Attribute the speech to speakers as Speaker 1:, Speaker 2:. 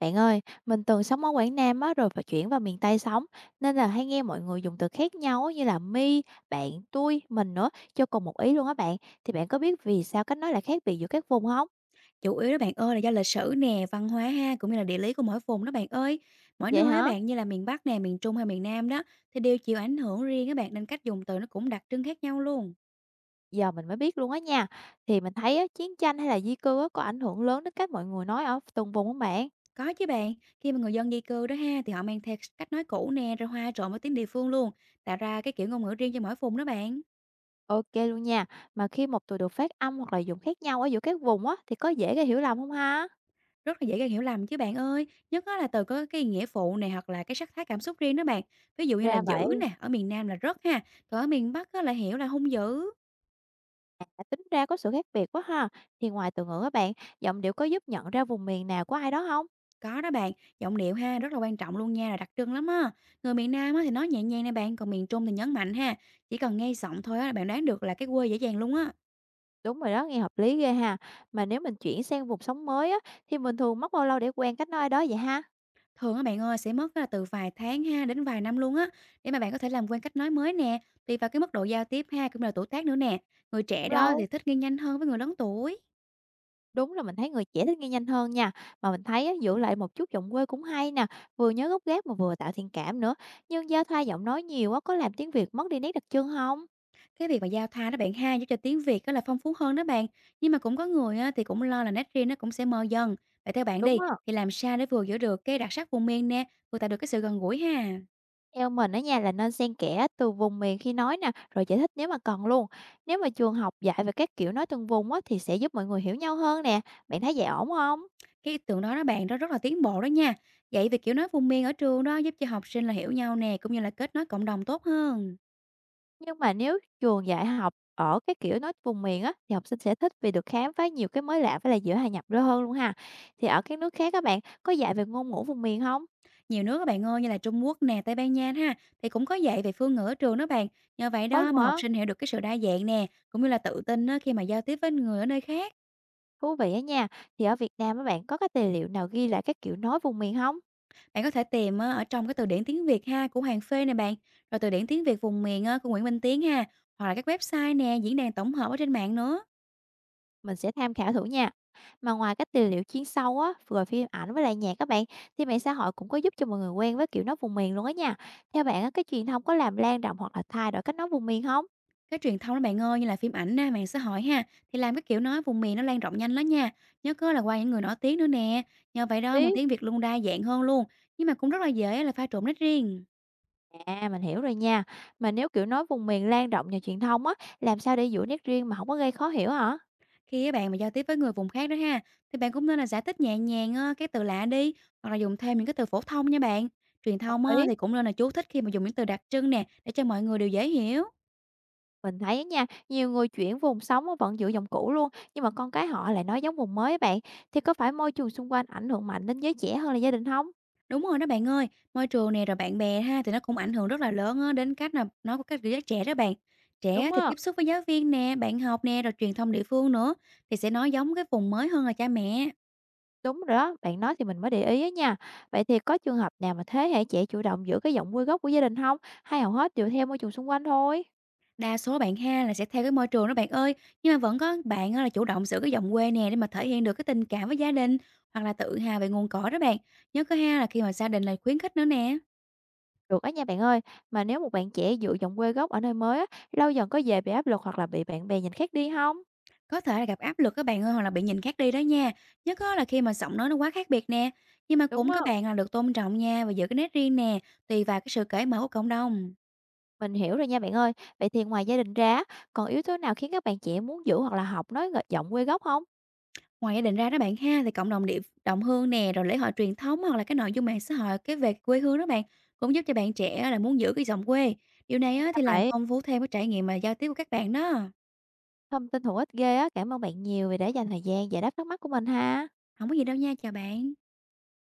Speaker 1: Bạn ơi, mình từng sống ở Quảng Nam á, rồi phải chuyển vào miền Tây sống, nên là hay nghe mọi người dùng từ khác nhau á, như là mi, bạn, tôi, mình nữa, cho cùng một ý luôn á bạn. Thì bạn có biết vì sao cách nói lại khác biệt giữa các vùng không?
Speaker 2: Chủ yếu đó bạn ơi là do lịch sử nè, văn hóa ha, cũng như là địa lý của mỗi vùng đó bạn ơi. Mỗi
Speaker 1: Vậy
Speaker 2: nơi á
Speaker 1: hả?
Speaker 2: bạn như là miền Bắc nè, miền Trung hay miền Nam đó thì đều chịu ảnh hưởng riêng á bạn, nên cách dùng từ nó cũng đặc trưng khác nhau luôn.
Speaker 1: Giờ mình mới biết luôn á nha. Thì mình thấy á, chiến tranh hay là di cư á, có ảnh hưởng lớn đến cách mọi người nói ở từng vùng không bạn?
Speaker 2: Có chứ bạn, khi mà người dân di cư đó ha thì họ mang theo cách nói cũ nè, rồi hòa trộn với tiếng địa phương luôn, tạo ra cái kiểu ngôn ngữ riêng cho mỗi vùng đó bạn.
Speaker 1: Ok luôn nha. Mà khi một từ được phát âm hoặc là dùng khác nhau ở giữa các vùng á, thì có dễ gây hiểu lầm không ha?
Speaker 2: Rất là dễ gây hiểu lầm chứ bạn ơi, nhất á là từ có cái nghĩa phụ này, hoặc là cái sắc thái cảm xúc riêng đó bạn. Ví dụ như là
Speaker 1: Ra
Speaker 2: dữ
Speaker 1: vậy.
Speaker 2: nè, ở miền Nam là rất ha, còn ở miền Bắc á là hiểu là hung dữ.
Speaker 1: À, tính ra có sự khác biệt quá ha. Thì ngoài từ ngữ các bạn, giọng điệu có giúp nhận ra vùng miền nào của ai đó không?
Speaker 2: Có đó bạn, giọng điệu ha rất là quan trọng luôn nha, là đặc trưng lắm á. Người miền Nam á thì nói nhẹ nhàng nè bạn, còn miền Trung thì nhấn mạnh ha. Chỉ cần nghe giọng thôi á là bạn đoán được là cái quê dễ dàng luôn á.
Speaker 1: Đúng rồi đó, nghe hợp lý ghê ha. Mà nếu mình chuyển sang vùng sống mới á, thì mình thường mất bao lâu để quen cách nói ở đó vậy ha?
Speaker 2: Thường á bạn ơi sẽ mất á, từ vài tháng ha đến vài năm luôn á, để mà bạn có thể làm quen cách nói mới nè, tùy vào cái mức độ giao tiếp ha, cũng như là tuổi tác nữa nè. Người trẻ
Speaker 1: Cũng
Speaker 2: đó
Speaker 1: lâu.
Speaker 2: thì thích nghe nhanh hơn với người lớn tuổi.
Speaker 1: Đúng là mình thấy người trẻ thích nghe nhanh hơn nha. Mà mình thấy á, giữ lại một chút giọng quê cũng hay nè, vừa nhớ gốc gác mà vừa tạo thiện cảm nữa. Nhưng giao thoa giọng nói nhiều á, có làm tiếng Việt mất đi nét đặc trưng không?
Speaker 2: Cái việc mà giao thoa đó bạn ha, giúp cho tiếng Việt á là phong phú hơn đó bạn. Nhưng mà cũng có người á thì cũng lo là nét riêng nó cũng sẽ mờ dần. Vậy theo bạn
Speaker 1: Đúng
Speaker 2: đi,
Speaker 1: á.
Speaker 2: thì làm sao để vừa giữ được cái đặc sắc vùng miền nè, vừa tạo được cái sự gần gũi ha?
Speaker 1: Theo mình á nha là nên xen kẽ từ vùng miền khi nói nè, rồi giải thích nếu mà cần luôn. Nếu mà trường học dạy về các kiểu nói từng vùng á thì sẽ giúp mọi người hiểu nhau hơn nè. Bạn thấy vậy ổn không?
Speaker 2: Cái ý tưởng đó đó bạn, đó rất là tiến bộ đó nha. Vậy việc kiểu nói vùng miền ở trường đó giúp cho học sinh là hiểu nhau nè, cũng như là kết nối cộng đồng tốt hơn.
Speaker 1: Nhưng mà nếu trường dạy học ở cái kiểu nói vùng miền á thì học sinh sẽ thích vì được khám phá nhiều cái mới lạ với là dễ hòa nhập đó hơn luôn ha. Thì ở các nước khác các bạn có dạy về ngôn ngữ vùng miền không?
Speaker 2: Nhiều nước các bạn ơi, như là Trung Quốc nè, Tây Ban Nha ha, thì cũng có dạy về phương ngữ ở trường đó bạn. Nhờ vậy
Speaker 1: Có
Speaker 2: đó
Speaker 1: luôn
Speaker 2: mà học
Speaker 1: hả?
Speaker 2: sinh hiểu được cái sự đa dạng nè, cũng như là tự tin á khi mà giao tiếp với người ở nơi khác.
Speaker 1: Thú vị á nha. Thì ở Việt Nam các bạn có cái tài liệu nào ghi lại các kiểu nói vùng miền không?
Speaker 2: Bạn có thể tìm á, ở trong cái từ điển tiếng Việt ha của Hoàng Phê nè bạn, rồi từ điển tiếng Việt vùng miền á, của Nguyễn Minh Tiến ha, hoặc là các website nè, diễn đàn tổng hợp ở trên mạng nữa.
Speaker 1: Mình sẽ tham khảo thử nha. Mà ngoài các tài liệu chuyên sâu á, rồi phim ảnh với lại nhạc các bạn, thì mạng xã hội cũng có giúp cho mọi người quen với kiểu nói vùng miền luôn á nha. Theo bạn á, cái truyền thông có làm lan rộng hoặc là thay đổi cách nói vùng miền không?
Speaker 2: Cái truyền thông đó bạn ơi, như là phim ảnh nè, mạng xã hội ha, thì làm cái kiểu nói vùng miền nó lan rộng nhanh lắm nha. Nhớ có là qua những người nổi tiếng nữa nè. Nhờ vậy đó mà
Speaker 1: Lý.
Speaker 2: tiếng Việt luôn đa dạng hơn luôn, nhưng mà cũng rất là dễ là pha trộn nét riêng.
Speaker 1: À, mình hiểu rồi nha. Mà nếu kiểu nói vùng miền lan rộng nhờ truyền thông á, làm sao để giữ nét riêng mà không có gây khó hiểu hả?
Speaker 2: Khi á bạn mà giao tiếp với người vùng khác đó ha, thì bạn cũng nên là giải thích nhẹ nhàng á, cái từ lạ đi, hoặc là dùng thêm những cái từ phổ thông nha bạn. Truyền
Speaker 1: Đồng
Speaker 2: thông á,
Speaker 1: ý.
Speaker 2: thì cũng nên là chú thích khi mà dùng những từ đặc trưng nè, để cho mọi người đều dễ hiểu.
Speaker 1: Mình thấy á nha, nhiều người chuyển vùng sống á, vẫn giữ giọng cũ luôn, nhưng mà con cái họ lại nói giống vùng mới á bạn. Thì có phải môi trường xung quanh ảnh hưởng mạnh đến giới trẻ hơn là gia đình không?
Speaker 2: Đúng rồi đó bạn ơi, môi trường nè rồi bạn bè ha thì nó cũng ảnh hưởng rất là lớn á, đến cách là nói của các giới trẻ đó bạn. Trẻ
Speaker 1: Đúng
Speaker 2: thì
Speaker 1: á.
Speaker 2: tiếp xúc với giáo viên nè, bạn học nè, rồi truyền thông địa phương nữa, thì sẽ nói giống cái vùng mới hơn là cha mẹ.
Speaker 1: Đúng rồi đó, bạn nói thì mình mới để ý á nha. Vậy thì có trường hợp nào mà thế hệ trẻ chủ động giữ cái giọng quê gốc của gia đình không? Hay hầu hết đều theo môi trường xung quanh thôi?
Speaker 2: Đa số bạn ha là sẽ theo cái môi trường đó bạn ơi, nhưng mà vẫn có bạn á là chủ động giữ cái giọng quê nè, để mà thể hiện được cái tình cảm với gia đình, hoặc là tự hào về nguồn cỏ đó bạn. Nhớ có ha là khi mà gia đình là khuyến khích nữa nè.
Speaker 1: Được á nha bạn ơi, mà nếu một bạn trẻ giữ giọng quê gốc ở nơi mới á, lâu dần có dễ bị áp lực hoặc là bị bạn bè nhìn khác đi không?
Speaker 2: Có thể là gặp áp lực các bạn ơi, hoặc là bị nhìn khác đi đó nha. Nhớ có là khi mà giọng nói nó quá khác biệt nè. Nhưng mà
Speaker 1: Đúng
Speaker 2: cũng
Speaker 1: á,
Speaker 2: các bạn là được tôn trọng nha và giữ cái nét riêng nè, tùy vào cái sự cởi mở của cộng đồng.
Speaker 1: mình hiểu rồi nha bạn ơi. Vậy thì ngoài gia đình ra còn yếu tố nào khiến các bạn trẻ muốn giữ hoặc là học nói g giọng quê gốc không?
Speaker 2: Ngoài gia đình ra đó bạn ha, thì cộng đồng địa đồng hương nè, rồi lễ hội truyền thống, hoặc là cái nội dung mạng xã hội cái về quê hương đó bạn, cũng giúp cho bạn trẻ là muốn giữ cái giọng quê. Điều này á,
Speaker 1: Ra
Speaker 2: thì làm
Speaker 1: vậy,
Speaker 2: phong phú thêm cái trải nghiệm mà giao tiếp của các bạn đó.
Speaker 1: thông tin hữu ích ghê á, cảm ơn bạn nhiều vì đã dành thời gian giải đáp thắc mắc của mình ha.
Speaker 2: Không có gì đâu nha, chào bạn.